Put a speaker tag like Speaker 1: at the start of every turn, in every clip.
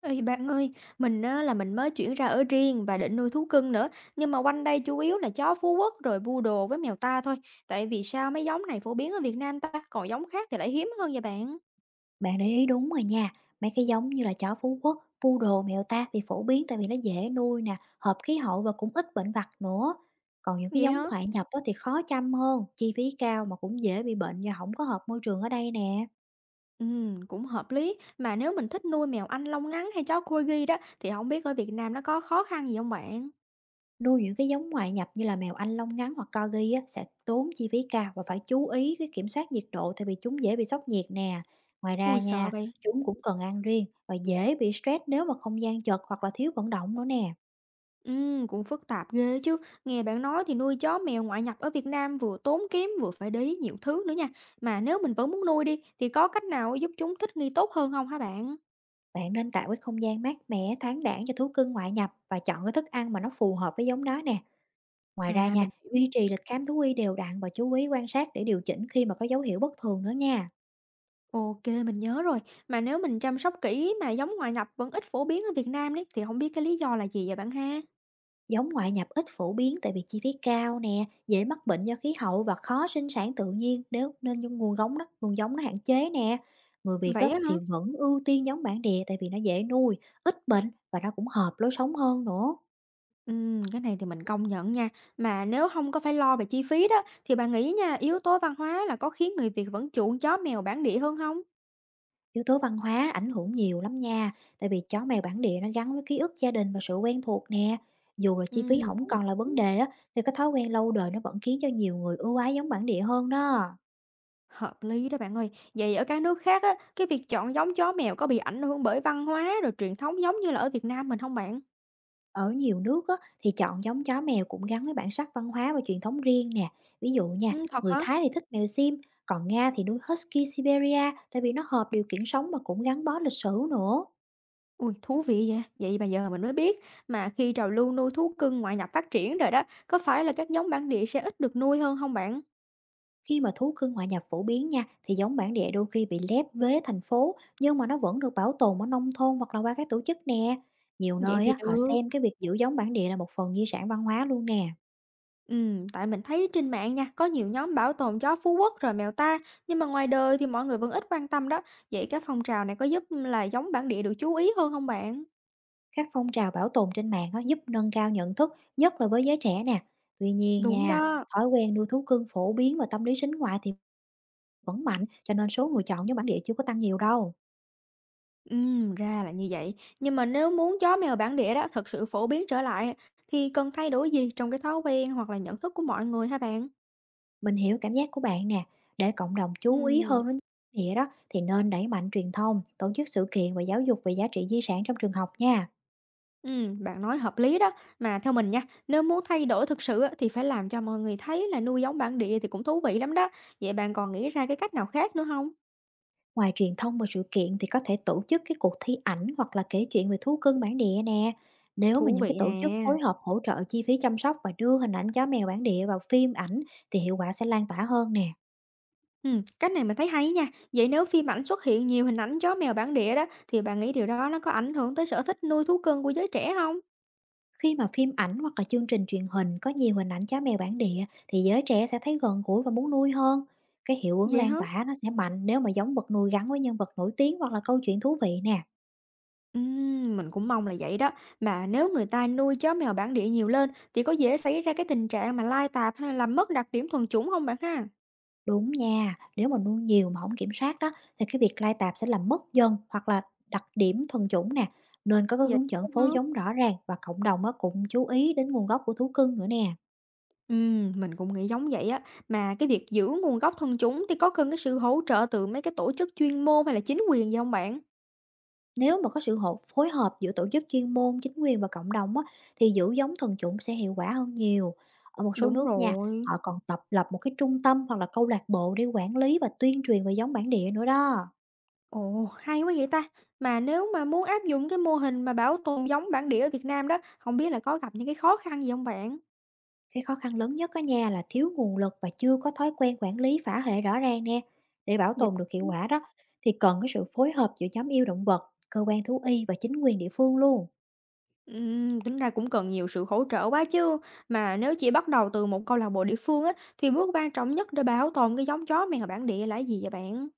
Speaker 1: Ê, bạn ơi, mình á là mình mới chuyển ra ở riêng và định nuôi thú cưng nữa, nhưng mà quanh đây chủ yếu là chó Phú Quốc rồi poodle với mèo ta thôi. Tại vì sao mấy giống này phổ biến ở Việt Nam ta, còn giống khác thì lại hiếm hơn vậy bạn?
Speaker 2: Bạn để ý đúng rồi nha, mấy cái giống như chó Phú Quốc, Pú đồ, mèo ta thì phổ biến tại vì nó dễ nuôi nè, hợp khí hậu và cũng ít bệnh vặt nữa. Còn những cái
Speaker 1: Vậy
Speaker 2: giống
Speaker 1: hả?
Speaker 2: ngoại nhập đó thì khó chăm hơn, chi phí cao mà cũng dễ bị bệnh do không có hợp môi trường ở đây nè.
Speaker 1: Cũng hợp lý. Mà nếu mình thích nuôi mèo Anh lông ngắn hay chó Corgi đó thì không biết ở Việt Nam nó có khó khăn gì không bạn?
Speaker 2: Nuôi những cái giống ngoại nhập như là mèo Anh lông ngắn hoặc Corgi á, sẽ tốn chi phí cao và phải chú ý cái kiểm soát nhiệt độ tại vì chúng dễ bị sốc nhiệt nè. Ngoài ra
Speaker 1: Ui sợ
Speaker 2: nha,
Speaker 1: vậy.
Speaker 2: chúng cũng cần ăn riêng và dễ bị stress nếu mà không gian chật hoặc là thiếu vận động nữa nè.
Speaker 1: Cũng phức tạp ghê chứ. Nghe bạn nói thì nuôi chó mèo ngoại nhập ở Việt Nam vừa tốn kém vừa phải để ý nhiều thứ nữa nha. Mà nếu mình vẫn muốn nuôi đi thì có cách nào giúp chúng thích nghi tốt hơn không hả bạn?
Speaker 2: Bạn nên tạo cái không gian mát mẻ, thoáng đãng cho thú cưng ngoại nhập và chọn cái thức ăn mà nó phù hợp với giống đó nè. Ngoài ra
Speaker 1: À
Speaker 2: nha,
Speaker 1: mình hiểu.
Speaker 2: duy trì lịch khám thú y đều đặn và chú ý quan sát để điều chỉnh khi mà có dấu hiệu bất thường nữa nha.
Speaker 1: Ok mình nhớ rồi. Mà nếu mình chăm sóc kỹ mà giống ngoại nhập vẫn ít phổ biến ở Việt Nam đấy thì không biết cái lý do là gì vậy bạn ha?
Speaker 2: Giống ngoại nhập ít phổ biến tại vì chi phí cao nè, dễ mắc bệnh do khí hậu và khó sinh sản tự nhiên nếu nên những nguồn gốc đó, nguồn giống nó hạn chế nè. Người Việt á,
Speaker 1: Vậy á hả?
Speaker 2: thì vẫn ưu tiên giống bản địa tại vì nó dễ nuôi, ít bệnh và nó cũng hợp lối sống hơn nữa.
Speaker 1: Cái này thì mình công nhận nha. Mà nếu không có phải lo về chi phí đó thì bạn nghĩ nha, yếu tố văn hóa là có khiến người Việt vẫn chuộng chó mèo bản địa hơn không?
Speaker 2: Yếu tố văn hóa ảnh hưởng nhiều lắm nha, tại vì chó mèo bản địa nó gắn với ký ức gia đình và sự quen thuộc nè. Dù là chi phí không
Speaker 1: Cũng
Speaker 2: còn là vấn đề á, thì cái thói quen lâu đời nó vẫn khiến cho nhiều người ưu ái giống bản địa hơn đó.
Speaker 1: Hợp lý đó bạn ơi. Vậy ở các nước khác á, cái việc chọn giống chó mèo có bị ảnh hưởng bởi văn hóa rồi truyền thống giống như là ở Việt Nam mình không bạn?
Speaker 2: Ở nhiều nước á, thì chọn giống chó mèo cũng gắn với bản sắc văn hóa và truyền thống riêng nè. Ví dụ nha,
Speaker 1: Thật
Speaker 2: người
Speaker 1: hả?
Speaker 2: Thái thì thích mèo sim, còn Nga thì nuôi Husky Siberia tại vì nó hợp điều kiện sống mà cũng gắn bó lịch sử nữa.
Speaker 1: Ui, thú vị vậy. Vậy mà giờ mình mới biết. Mà khi trào lưu nuôi thú cưng ngoại nhập phát triển rồi đó, có phải là các giống bản địa sẽ ít được nuôi hơn không bạn?
Speaker 2: Khi mà thú cưng ngoại nhập phổ biến nha, thì giống bản địa đôi khi bị lép vế thành phố, nhưng mà nó vẫn được bảo tồn ở nông thôn hoặc là qua các tổ chức nè. Nhiều
Speaker 1: Vậy
Speaker 2: nơi
Speaker 1: thì
Speaker 2: á, họ
Speaker 1: được.
Speaker 2: xem cái việc giữ giống bản địa là một phần di sản văn hóa luôn nè.
Speaker 1: Tại mình thấy trên mạng nha, có nhiều nhóm bảo tồn chó Phú Quốc rồi mèo ta, nhưng mà ngoài đời thì mọi người vẫn ít quan tâm đó. Vậy các phong trào này có giúp là giống bản địa được chú ý hơn không bạn?
Speaker 2: Các phong trào bảo tồn trên mạng á, giúp nâng cao nhận thức, nhất là với giới trẻ nè. Tuy nhiên
Speaker 1: Đúng
Speaker 2: nha,
Speaker 1: đó.
Speaker 2: thói quen nuôi thú cưng phổ biến và tâm lý sính ngoại thì vẫn mạnh, cho nên số người chọn giống bản địa chưa có tăng nhiều đâu.
Speaker 1: Ra là như vậy. Nhưng mà nếu muốn chó mèo bản địa đó thực sự phổ biến trở lại thì cần thay đổi gì trong cái thói quen hoặc là nhận thức của mọi người hả bạn?
Speaker 2: Mình hiểu cảm giác của bạn nè, để cộng đồng chú ý hơn
Speaker 1: Ừm,
Speaker 2: đến địa đó thì nên đẩy mạnh truyền thông, tổ chức sự kiện và giáo dục về giá trị di sản trong trường học nha.
Speaker 1: ừm, bạn nói hợp lý đó. Mà theo mình nha, nếu muốn thay đổi thực sự á, thì phải làm cho mọi người thấy là nuôi giống bản địa thì cũng thú vị lắm đó. Vậy bạn còn nghĩ ra cái cách nào khác nữa không?
Speaker 2: Ngoài truyền thông và sự kiện thì có thể tổ chức cái cuộc thi ảnh hoặc là kể chuyện về thú cưng bản địa nè. Nếu mà
Speaker 1: Thú
Speaker 2: những cái
Speaker 1: vị
Speaker 2: tổ chức
Speaker 1: nè.
Speaker 2: phối hợp hỗ trợ chi phí chăm sóc và đưa hình ảnh chó mèo bản địa vào phim ảnh thì hiệu quả sẽ lan tỏa hơn nè.
Speaker 1: Cách này mình thấy hay nha. Vậy nếu phim ảnh xuất hiện nhiều hình ảnh chó mèo bản địa đó thì bạn nghĩ điều đó nó có ảnh hưởng tới sở thích nuôi thú cưng của giới trẻ không?
Speaker 2: Khi mà phim ảnh hoặc là chương trình truyền hình có nhiều hình ảnh chó mèo bản địa thì giới trẻ sẽ thấy gần gũi và muốn nuôi hơn. Cái hiệu ứng
Speaker 1: Vậy
Speaker 2: lan
Speaker 1: hả?
Speaker 2: tỏa nó sẽ mạnh nếu mà giống vật nuôi gắn với nhân vật nổi tiếng hoặc là câu chuyện thú vị nè.
Speaker 1: Mình cũng mong là vậy đó. Mà nếu người ta nuôi chó mèo bản địa nhiều lên thì có dễ xảy ra cái tình trạng mà lai tạp hay là làm mất đặc điểm thuần chủng không bạn ha?
Speaker 2: Đúng nha, nếu mà nuôi nhiều mà không kiểm soát đó thì cái việc lai tạp sẽ làm mất dần hoặc là đặc điểm thuần chủng nè. Nên có cái
Speaker 1: Vậy
Speaker 2: hướng dẫn
Speaker 1: hả?
Speaker 2: phối giống rõ ràng và cộng đồng á cũng chú ý đến nguồn gốc của thú cưng nữa nè.
Speaker 1: Mình cũng nghĩ giống vậy á. Mà cái việc giữ nguồn gốc thuần chủng thì có cần cái sự hỗ trợ từ mấy cái tổ chức chuyên môn hay là chính quyền gì hông bạn?
Speaker 2: Nếu mà có sự hộp phối hợp giữa tổ chức chuyên môn, chính quyền và cộng đồng á, thì giữ giống thuần chủng sẽ hiệu quả hơn nhiều. Ở một số
Speaker 1: Đúng
Speaker 2: nước nha,
Speaker 1: rồi.
Speaker 2: họ còn tập lập một cái trung tâm hoặc là câu lạc bộ để quản lý và tuyên truyền về giống bản địa nữa đó.
Speaker 1: Ồ, hay quá vậy ta. Mà nếu mà muốn áp dụng cái mô hình mà bảo tồn giống bản địa ở Việt Nam đó, không biết là có gặp những cái khó khăn gì không bạn?
Speaker 2: Cái khó khăn lớn nhất ở nhà là thiếu nguồn lực và chưa có thói quen quản lý phả hệ rõ ràng nè. Để bảo
Speaker 1: Vậy.
Speaker 2: tồn được hiệu quả đó, thì cần cái sự phối hợp giữa nhóm yêu động vật, cơ quan thú y và chính quyền địa phương luôn.
Speaker 1: Tính ra cũng cần nhiều sự hỗ trợ quá chứ. Mà nếu chỉ bắt đầu từ một câu lạc bộ địa phương á, thì bước quan trọng nhất để bảo tồn cái giống chó mèo bản địa là gì vậy bạn?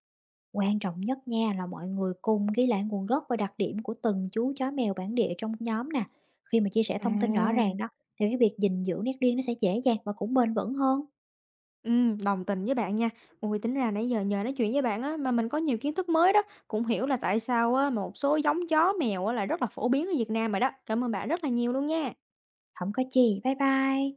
Speaker 2: Quan trọng nhất nha là mọi người cùng ghi lại nguồn gốc và đặc điểm của từng chú chó mèo bản địa trong nhóm nè. Khi mà chia sẻ thông tin rõ
Speaker 1: À.
Speaker 2: ràng đó thì cái việc gìn giữ nét riêng nó sẽ dễ dàng và cũng bền vững hơn.
Speaker 1: Đồng tình với bạn nha. Ui, tính ra nãy giờ nhờ nói chuyện với bạn á, mà mình có nhiều kiến thức mới đó. Cũng hiểu là tại sao á, một số giống chó mèo á, là rất là phổ biến ở Việt Nam rồi đó. Cảm ơn bạn rất là nhiều luôn nha.
Speaker 2: Không có chi. Bye bye.